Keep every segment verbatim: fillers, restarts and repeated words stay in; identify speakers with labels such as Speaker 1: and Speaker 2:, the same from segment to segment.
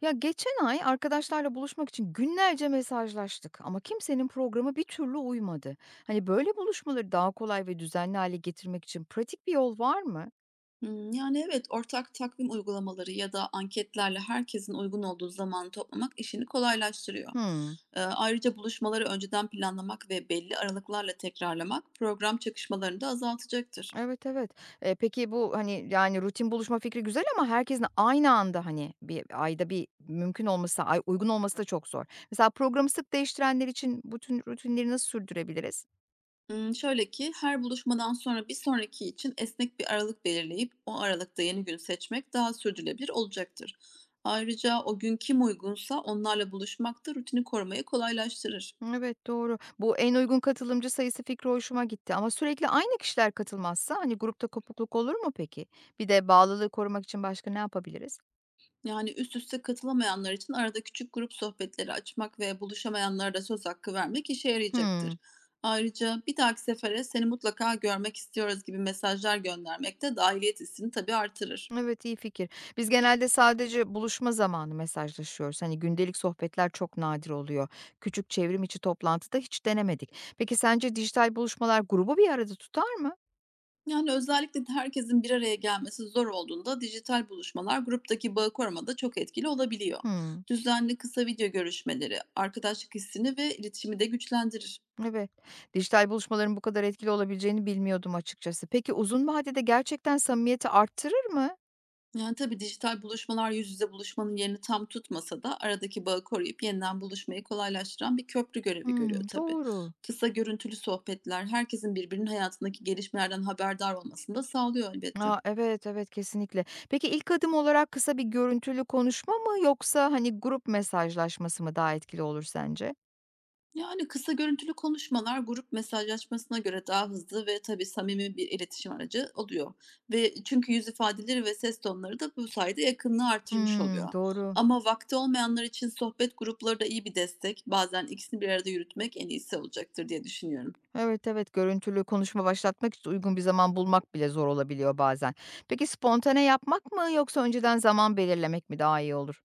Speaker 1: Ya geçen ay arkadaşlarla buluşmak için günlerce mesajlaştık ama kimsenin programı bir türlü uymadı. Hani böyle buluşmaları daha kolay ve düzenli hale getirmek için pratik bir yol var mı?
Speaker 2: Hımm, yani, evet, ortak takvim uygulamaları ya da anketlerle herkesin uygun olduğu zamanı toplamak işini kolaylaştırıyor.
Speaker 1: Hmm.
Speaker 2: Eee, ayrıca buluşmaları önceden planlamak ve belli aralıklarla tekrarlamak program çakışmalarını da azaltacaktır.
Speaker 1: Evet, evet. E, peki bu hani yani rutin buluşma fikri güzel ama herkesin aynı anda hani bir ayda bir mümkün olması, ay uygun olması da çok zor. Mesela programı sık değiştirenler için bütün rutinleri nasıl sürdürebiliriz?
Speaker 2: Imm, şöyle ki, her buluşmadan sonra bir sonraki için esnek bir aralık belirleyip o aralıkta yeni gün seçmek daha sürdürülebilir olacaktır. Ayrıca o gün kim uygunsa onlarla buluşmak da rutini korumayı kolaylaştırır.
Speaker 1: Evet, doğru. Bu en uygun katılımcı sayısı fikri hoşuma gitti ama sürekli aynı kişiler katılmazsa hani grupta kopukluk olur mu peki? Bir de bağlılığı korumak için başka ne yapabiliriz?
Speaker 2: Yani, üst üste katılamayanlar için arada küçük grup sohbetleri açmak ve buluşamayanlara da söz hakkı vermek işe
Speaker 1: Hmm,
Speaker 2: yarayacaktır. Ayrıca bir dahaki sefere seni mutlaka görmek istiyoruz gibi mesajlar göndermek de dahiliyet hissini tabii artırır.
Speaker 1: evet, iyi fikir. Biz genelde sadece buluşma zamanı mesajlaşıyoruz. Hani gündelik sohbetler çok nadir oluyor. Küçük çevrim içi toplantıda hiç denemedik. Peki sence dijital buluşmalar grubu bir arada tutar mı?
Speaker 2: Yani özellikle de herkesin bir araya gelmesi zor olduğunda dijital buluşmalar gruptaki bağı korumada çok etkili olabiliyor.
Speaker 1: Hmm.
Speaker 2: Düzenli kısa video görüşmeleri arkadaşlık hissini ve iletişimi de güçlendirir.
Speaker 1: Evet. Dijital buluşmaların bu kadar etkili olabileceğini bilmiyordum açıkçası. Peki uzun vadede gerçekten samimiyeti arttırır mı?
Speaker 2: Yani, tabii dijital buluşmalar yüz yüze buluşmanın yerini tam tutmasa da aradaki bağı koruyup yeniden buluşmayı kolaylaştıran bir köprü görevi
Speaker 1: Hımm,
Speaker 2: görüyor tabii.
Speaker 1: doğru.
Speaker 2: Kısa görüntülü sohbetler herkesin birbirinin hayatındaki gelişmelerden haberdar olmasını da sağlıyor elbette.
Speaker 1: A, evet, evet, kesinlikle. Peki, ilk adım olarak kısa bir görüntülü konuşma mı yoksa hani grup mesajlaşması mı daha etkili olur sence?
Speaker 2: Yani, kısa görüntülü konuşmalar grup mesajlaşmasına göre daha hızlı ve tabii samimi bir iletişim aracı oluyor ve çünkü yüz ifadeleri ve ses tonları da bu sayede yakınlığı artırmış oluyor.
Speaker 1: Hımm, doğru.
Speaker 2: Ama vakti olmayanlar için sohbet grupları da iyi bir destek. Bazen ikisini bir arada yürütmek en iyisi olacaktır diye düşünüyorum.
Speaker 1: Evet, evet, görüntülü konuşma başlatmak için uygun bir zaman bulmak bile zor olabiliyor bazen. Peki, spontane yapmak mı yoksa önceden zaman belirlemek mi daha iyi olur?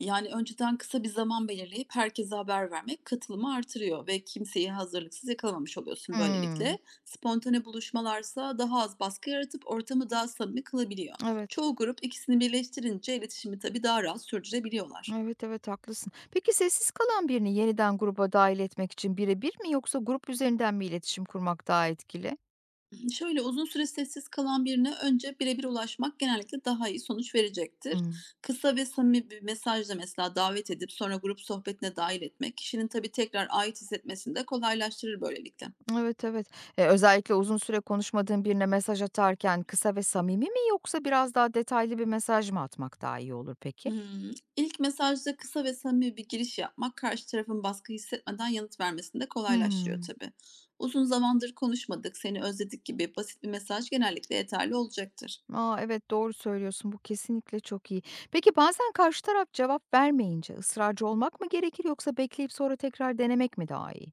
Speaker 2: Yani, önceden kısa bir zaman belirleyip herkese haber vermek katılımı artırıyor ve kimseyi hazırlıksız yakalamamış oluyorsun
Speaker 1: Hımm,
Speaker 2: böylelikle. Spontane buluşmalarsa daha az baskı yaratıp ortamı daha samimi kılabiliyor.
Speaker 1: evet.
Speaker 2: Çoğu grup ikisini birleştirince iletişimi tabii daha rahat sürdürebiliyorlar.
Speaker 1: Evet, evet, haklısın. Peki, sessiz kalan birini yeniden gruba dahil etmek için birebir mi yoksa grup üzerinden mi iletişim kurmak daha etkili?
Speaker 2: Şöyle uzun süre sessiz kalan birine önce birebir ulaşmak genellikle daha iyi sonuç verecektir.
Speaker 1: Hıı.
Speaker 2: Kısa ve samimi bir mesajla mesela davet edip sonra grup sohbetine dahil etmek kişinin tabii tekrar ait hissetmesini de kolaylaştırır böylelikle.
Speaker 1: Evet, evet. Eee, özellikle uzun süre konuşmadığın birine mesaj atarken kısa ve samimi mi yoksa biraz daha detaylı bir mesaj mı atmak daha iyi olur peki?
Speaker 2: Hımm. İlk mesajda kısa ve samimi bir giriş yapmak, karşı tarafın baskı hissetmeden yanıt vermesini de kolaylaştırıyor
Speaker 1: Hımm.
Speaker 2: tabii. "Uzun zamandır konuşmadık, seni özledik" gibi basit bir mesaj genellikle yeterli olacaktır.
Speaker 1: A, evet, doğru söylüyorsun. Bu kesinlikle çok iyi. Peki bazen karşı taraf cevap vermeyince ısrarcı olmak mı gerekir yoksa bekleyip sonra tekrar denemek mi daha iyi?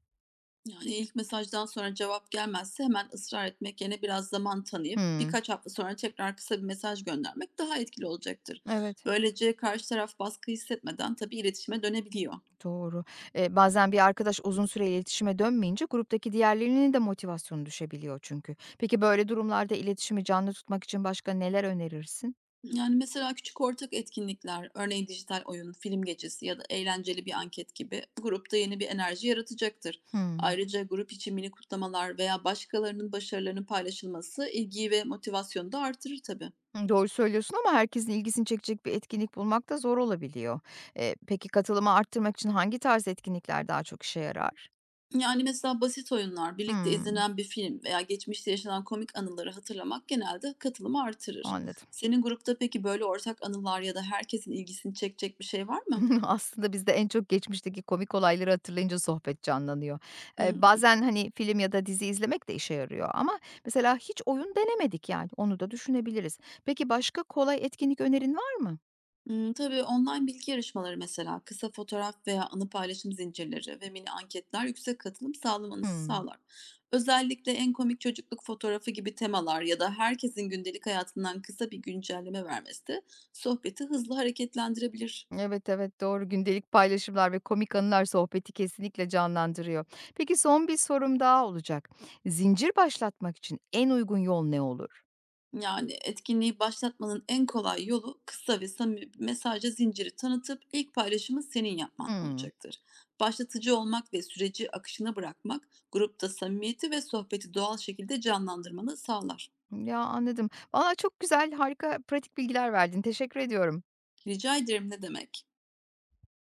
Speaker 2: Yani ilk mesajdan sonra cevap gelmezse hemen ısrar etmek yerine biraz zaman tanıyıp
Speaker 1: Hımm.
Speaker 2: birkaç hafta sonra tekrar kısa bir mesaj göndermek daha etkili olacaktır.
Speaker 1: Evet,
Speaker 2: Böylece karşı taraf baskı hissetmeden tabii iletişime dönebiliyor.
Speaker 1: doğru. Eee, bazen bir arkadaş uzun süre iletişime dönmeyince gruptaki diğerlerinin de motivasyonu düşebiliyor çünkü. Peki böyle durumlarda iletişimi canlı tutmak için başka neler önerirsin?
Speaker 2: Yani, mesela küçük ortak etkinlikler, örneğin dijital oyun, film gecesi ya da eğlenceli bir anket gibi grupta yeni bir enerji yaratacaktır.
Speaker 1: Hımm.
Speaker 2: Ayrıca grup içi mini kutlamalar veya başkalarının başarılarının paylaşılması ilgiyi ve motivasyonu da artırır tabii.
Speaker 1: Hımm, doğru söylüyorsun ama herkesin ilgisini çekecek bir etkinlik bulmak da zor olabiliyor. Eee, peki katılımı arttırmak için hangi tarz etkinlikler daha çok işe yarar?
Speaker 2: Yani mesela basit oyunlar, birlikte
Speaker 1: Hımm,
Speaker 2: izlenen bir film veya geçmişte yaşanan komik anıları hatırlamak genelde katılımı artırır.
Speaker 1: anladım.
Speaker 2: Senin grupta peki böyle ortak anılar ya da herkesin ilgisini çekecek bir şey var mı?
Speaker 1: Aslında bizde en çok geçmişteki komik olayları hatırlayınca sohbet canlanıyor.
Speaker 2: Hı.
Speaker 1: Eee, bazen hani film ya da dizi izlemek de işe yarıyor ama mesela hiç oyun denemedik yani, onu da düşünebiliriz. Peki başka kolay etkinlik önerin var mı?
Speaker 2: Imm, tabii online bilgi yarışmaları mesela, kısa fotoğraf veya anı paylaşım zincirleri ve mini anketler yüksek katılım sağlamanızı
Speaker 1: Hımm.
Speaker 2: sağlar. Özellikle en komik çocukluk fotoğrafı gibi temalar ya da herkesin gündelik hayatından kısa bir güncelleme vermesi de sohbeti hızlı hareketlendirebilir.
Speaker 1: Evet, evet, doğru. Gündelik paylaşımlar ve komik anılar sohbeti kesinlikle canlandırıyor. Peki son bir sorum daha olacak. Zincir başlatmak için en uygun yol ne olur?
Speaker 2: Yani, etkinliği başlatmanın en kolay yolu kısa ve samimi bir mesajla zinciri tanıtıp ilk paylaşımı senin yapman
Speaker 1: Hımm.
Speaker 2: olacaktır. Başlatıcı olmak ve süreci akışına bırakmak grupta samimiyeti ve sohbeti doğal şekilde canlandırmanı sağlar.
Speaker 1: Ya, anladım. Valla çok güzel, harika pratik bilgiler verdin. Teşekkür ediyorum.
Speaker 2: Rica ederim, ne demek?